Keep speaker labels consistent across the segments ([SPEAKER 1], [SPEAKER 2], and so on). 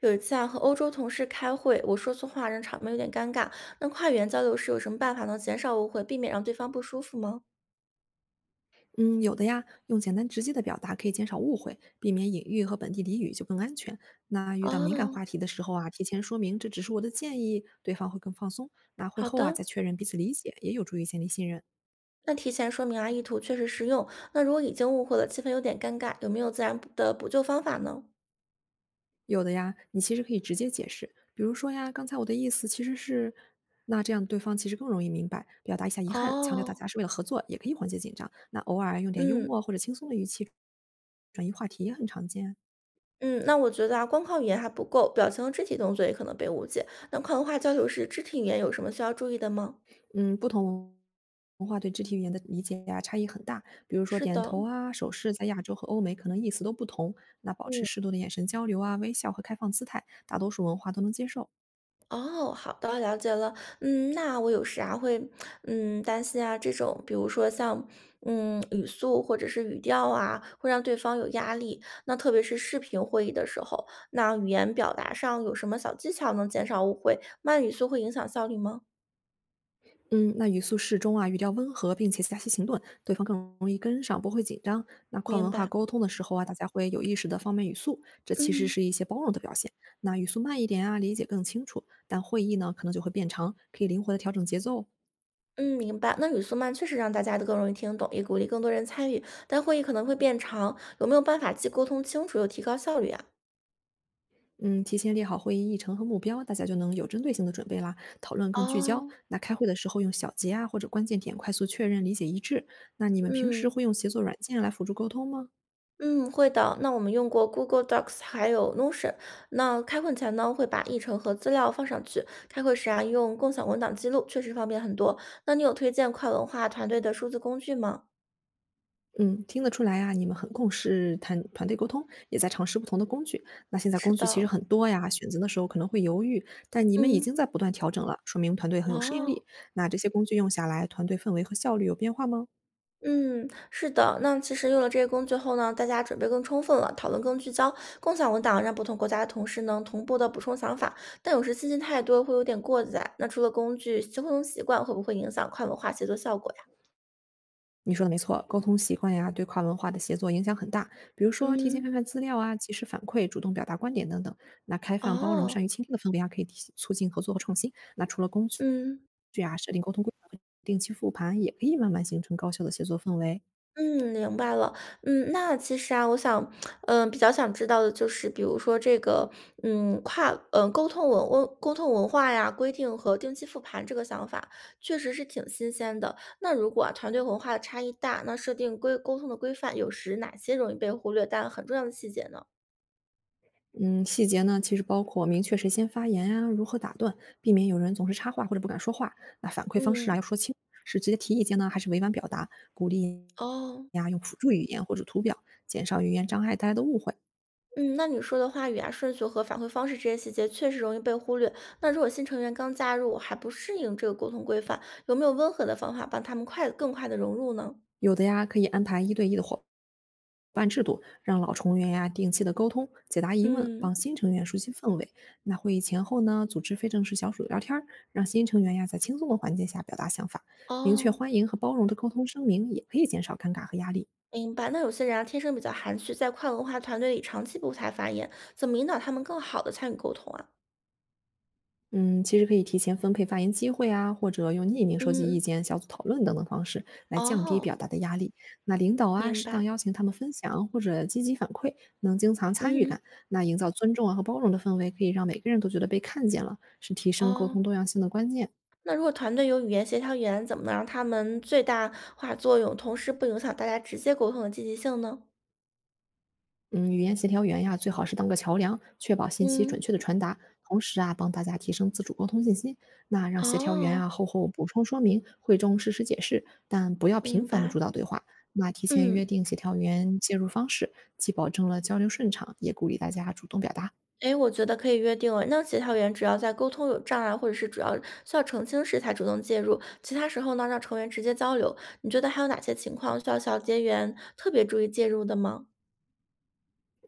[SPEAKER 1] 有一次啊，和欧洲同事开会，我说错话，让场面有点尴尬。那跨语言交流时有什么办法能减少误会，避免让对方不舒服吗？
[SPEAKER 2] 嗯，有的呀，用简单直接的表达可以减少误会，避免隐喻和本地俚语就更安全。那遇到敏感
[SPEAKER 1] 哦，
[SPEAKER 2] 话题的时候啊，提前说明这只是我的建议，对方会更放松。那会
[SPEAKER 1] 好
[SPEAKER 2] 后啊，
[SPEAKER 1] 的。
[SPEAKER 2] 再确认彼此理解，也有助于建立信任。
[SPEAKER 1] 那提前说明啊，意图确实实用。那如果已经误会了，气氛有点尴尬，有没有自然补救方法呢？
[SPEAKER 2] 有的呀，你其实可以直接解释，比如说呀，刚才我的意思其实是，那这样对方其实更容易明白。表达一下遗憾，强调大
[SPEAKER 1] 哦，
[SPEAKER 2] 家是为了合作，也可以缓解紧张。那偶尔用点幽
[SPEAKER 1] 嗯
[SPEAKER 2] 默或者轻松的语气转移话题也很常见啊。
[SPEAKER 1] 嗯，那我觉得啊，光靠语言还不够，表情和肢体动作也可能被误解。那跨文化交流时，肢体语言有什么需要注意的吗？
[SPEAKER 2] 嗯，不同文化对肢体语言的理解呀、差异很大。比如说
[SPEAKER 1] 是
[SPEAKER 2] 点
[SPEAKER 1] 的，
[SPEAKER 2] 头啊、手势，在亚洲和欧美可能意思都不同。那保持
[SPEAKER 1] 嗯。
[SPEAKER 2] 适度的眼神交流啊、微笑和开放姿态，大多数文化都能接受。
[SPEAKER 1] 哦，好的，了解了。嗯，那我有时啊会，嗯，担心啊，这种比如说像，嗯，语速或者是语调啊，会让对方有压力。那特别是视频会议的时候，那语言表达上有什么小技巧能减少误会？慢语速会影响效率吗？
[SPEAKER 2] 嗯，那语速适中啊，语调温和，并且加起停顿，对方更容易跟上，不会紧张。那跨
[SPEAKER 1] 明
[SPEAKER 2] 文化
[SPEAKER 1] 白，
[SPEAKER 2] 沟通的时候啊，大家会有意识的放慢语速，这其实
[SPEAKER 1] 嗯
[SPEAKER 2] 是一些包容的表现。那语速慢一点啊，理解更清楚，但会议呢可能就会变长，可以灵活的调整节奏哦。
[SPEAKER 1] 嗯，明白。那语速慢确实让大家都更容易听懂，也鼓励更多人参与，但会议可能会变长。有没有办法既沟通清楚又提高效率啊？
[SPEAKER 2] 嗯，提前列好会议议程和目标，大家就能有针对性的准备啦，讨论更聚焦。
[SPEAKER 1] 哦，
[SPEAKER 2] 那开会的时候用小结啊或者关键点快速确认理解一致。那你们平时
[SPEAKER 1] 嗯。
[SPEAKER 2] 会用协作软件来辅助沟通吗？
[SPEAKER 1] 嗯，会的。那我们用过 Google Docs 还有 Notion。那开会前呢，会把议程和资料放上去。开会时啊，用共享文档记录，确实方便很多。那你有推荐跨文化团队的数字工具吗？
[SPEAKER 2] 嗯，听得出来啊，你们很重视谈团队沟通，也在尝试不同的工具。那现在
[SPEAKER 1] 是
[SPEAKER 2] 工具其实
[SPEAKER 1] 的，
[SPEAKER 2] 很多呀，选择的时候可能会犹豫，但你们已
[SPEAKER 1] 嗯，
[SPEAKER 2] 经在不断调整了，说明团队很有适应
[SPEAKER 1] 哦。
[SPEAKER 2] 力。那这些工具用下来，团队氛围和效率有变化吗？
[SPEAKER 1] 嗯，是的，那其实用了这些工具后呢，大家准备更充分了，讨论更聚焦。共享文档让不同国家的同事能同步的补充想法，但有时信息太多会有点过载。那除了工具，互动习惯会不会影响跨文化协作效果呀？
[SPEAKER 2] 你说的没错，沟通习惯呀，对跨文化的协作影响很大。比如说，提前
[SPEAKER 1] 嗯，
[SPEAKER 2] 看看资料啊，及时反馈，主动表达观点等等。那开放、包容、
[SPEAKER 1] 哦，
[SPEAKER 2] 善于倾听的氛围啊，可以提促进合作和创新。那除了工具
[SPEAKER 1] 嗯，
[SPEAKER 2] 啊，设定沟通规则、定期复盘，也可以慢慢形成高效的协作氛围。
[SPEAKER 1] 嗯，明白了。嗯，那其实啊，我想，嗯，比较想知道的就是，比如说这个，嗯，跨，嗯，沟通沟通文化呀，规定和定期复盘这个想法，确实是挺新鲜的。那如果啊团队文化的差异大，那设定沟通的规范，有时哪些容易被忽略但很重要的细节呢？
[SPEAKER 2] 嗯，细节呢，其实包括明确谁先发言啊，如何打断，避免有人总是插话或者不敢说话。那反馈方式啊，
[SPEAKER 1] 嗯，
[SPEAKER 2] 要说清，是直接提意见呢，还是委婉表达？鼓励
[SPEAKER 1] 哦。
[SPEAKER 2] 呀，用辅助语言或者图表，减少语言障碍带来的误会。
[SPEAKER 1] 嗯，那你说的话语啊、顺序和反馈方式这些细节确实容易被忽略。那如果新成员刚加入，还不适应这个沟通规范，有没有温和的方法帮他们更快的融入呢？
[SPEAKER 2] 有的呀，可以安排一对一的伙伴制度，让老成员呀定期的沟通、解答疑问，
[SPEAKER 1] 嗯，
[SPEAKER 2] 帮新成员熟悉氛围。那会议前后呢，组织非正式小组聊天儿，让新成员呀在轻松的环境下表达想法，明确
[SPEAKER 1] 哦，
[SPEAKER 2] 欢迎和包容的沟通声明，也可以减少尴尬和压力。
[SPEAKER 1] 明白。那有些人啊，天生比较含蓄，在跨文化团队里长期不太发言，怎么引导他们更好的参与沟通啊？
[SPEAKER 2] 嗯，其实可以提前分配发言机会啊，或者用匿名收集意
[SPEAKER 1] 嗯，
[SPEAKER 2] 见、小组讨论等等方式来降低表
[SPEAKER 1] 哦，
[SPEAKER 2] 达的压力。那领导啊，
[SPEAKER 1] 明
[SPEAKER 2] 适当
[SPEAKER 1] 白。
[SPEAKER 2] 邀请他们分享或者积极反馈，能增强参与
[SPEAKER 1] 嗯，
[SPEAKER 2] 感。那营造尊重啊和包容的氛围，可以让每个人都觉得被看见了，是提升沟
[SPEAKER 1] 哦，
[SPEAKER 2] 通多样性的关键。
[SPEAKER 1] 那如果团队有语言协调员，怎么能让他们最大化作用，同时不影响大家直接沟通的积极性呢？
[SPEAKER 2] 嗯，语言协调员呀，最好是当个桥梁，确保信息准
[SPEAKER 1] 嗯，
[SPEAKER 2] 确的传达，同时啊，帮大家提升自主沟通信息。那让协调员
[SPEAKER 1] 哦，
[SPEAKER 2] 啊后补充说明，会中适时解释，但不要频
[SPEAKER 1] 明
[SPEAKER 2] 繁的
[SPEAKER 1] 白，
[SPEAKER 2] 主导对话。那提前约
[SPEAKER 1] 嗯，
[SPEAKER 2] 定协调员介入方式，既保证了交流顺畅，也鼓励大家主动表达。
[SPEAKER 1] 诶，我觉得可以约定了。那协调员只要在沟通有障碍，或者是主要需要澄清时才主动介入，其他时候呢，让成员直接交流。你觉得还有哪些情况需要小结员特别注意介入的吗？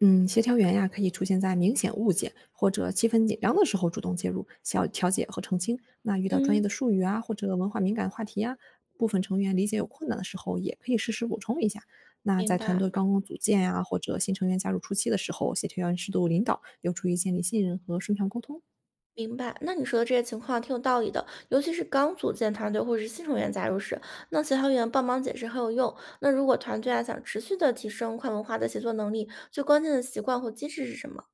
[SPEAKER 2] 嗯，协调员呀，可以出现在明显误解或者气氛紧张的时候主动介入，小调解和澄清。那遇到专业
[SPEAKER 1] 嗯，
[SPEAKER 2] 的术语啊，或者文化敏感话题呀、部分成员理解有困难的时候，也可以适时补充一下。那
[SPEAKER 1] 明
[SPEAKER 2] 在团
[SPEAKER 1] 白，
[SPEAKER 2] 队刚刚组建呀、或者新成员加入初期的时候，协调员适度领导，有助于建立信任和顺畅沟通。
[SPEAKER 1] 明白。那你说的这些情况挺有道理的，尤其是刚组建团队或者是新成员加入时，那协调员帮忙解释很有用。那如果团队啊想持续的提升跨文化的协作能力，最关键的习惯或机制是什么？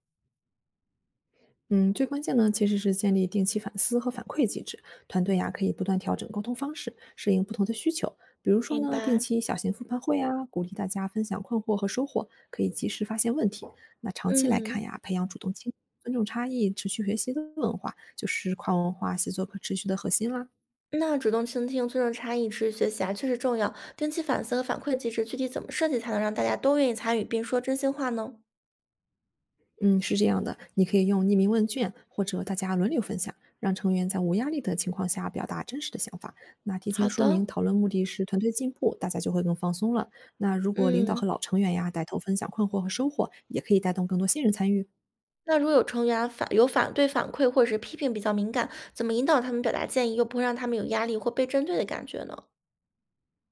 [SPEAKER 2] 嗯，最关键呢，其实是建立定期反思和反馈机制。团队呀、可以不断调整沟通方式，适应不同的需求。比如说
[SPEAKER 1] 明
[SPEAKER 2] 呢，定
[SPEAKER 1] 白，
[SPEAKER 2] 期小型复盘会啊，鼓励大家分享困惑和收获，可以及时发现问题。那长期来看
[SPEAKER 1] 嗯。
[SPEAKER 2] 呀，培养主动倾听、尊重差异、持续学习的文化，就是跨文化协作可持续的核心啦。
[SPEAKER 1] 那主动倾听、尊重差异、持续学习啊，确实重要。定期反思和反馈机制，具体怎么设计才能让大家都愿意参与并说真心话呢？
[SPEAKER 2] 嗯，是这样的，你可以用匿名问卷或者大家轮流分享，让成员在无压力的情况下表达真实的想法。那提前
[SPEAKER 1] 好
[SPEAKER 2] 说明
[SPEAKER 1] 的，
[SPEAKER 2] 讨论目的是团队进步，大家就会更放松了。那如果领导
[SPEAKER 1] 嗯，
[SPEAKER 2] 和老成员呀带头分享困惑和收获，也可以带动更多新人参与。
[SPEAKER 1] 那如果有成员啊反对反馈或者是批评比较敏感，怎么引导他们表达建议，又不会让他们有压力或被针对的感觉呢？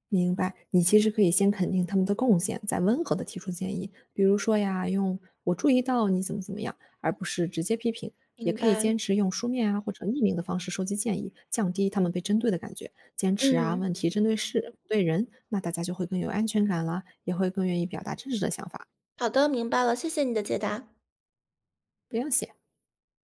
[SPEAKER 2] 明白，你其实可以先肯定他们的贡献，再温和的提出建议，比如说呀，用“我注意到你怎么怎么样”，而不是直接批评。也
[SPEAKER 1] 明
[SPEAKER 2] 可以
[SPEAKER 1] 白，
[SPEAKER 2] 坚持用书面啊或者匿名的方式收集建议，降低他们被针对的感觉。坚持啊，
[SPEAKER 1] 嗯，
[SPEAKER 2] 问题针对事不对人，那大家就会更有安全感了，也会更愿意表达真实的想法，
[SPEAKER 1] 好的，明白了，谢谢你的解答。
[SPEAKER 2] 不用写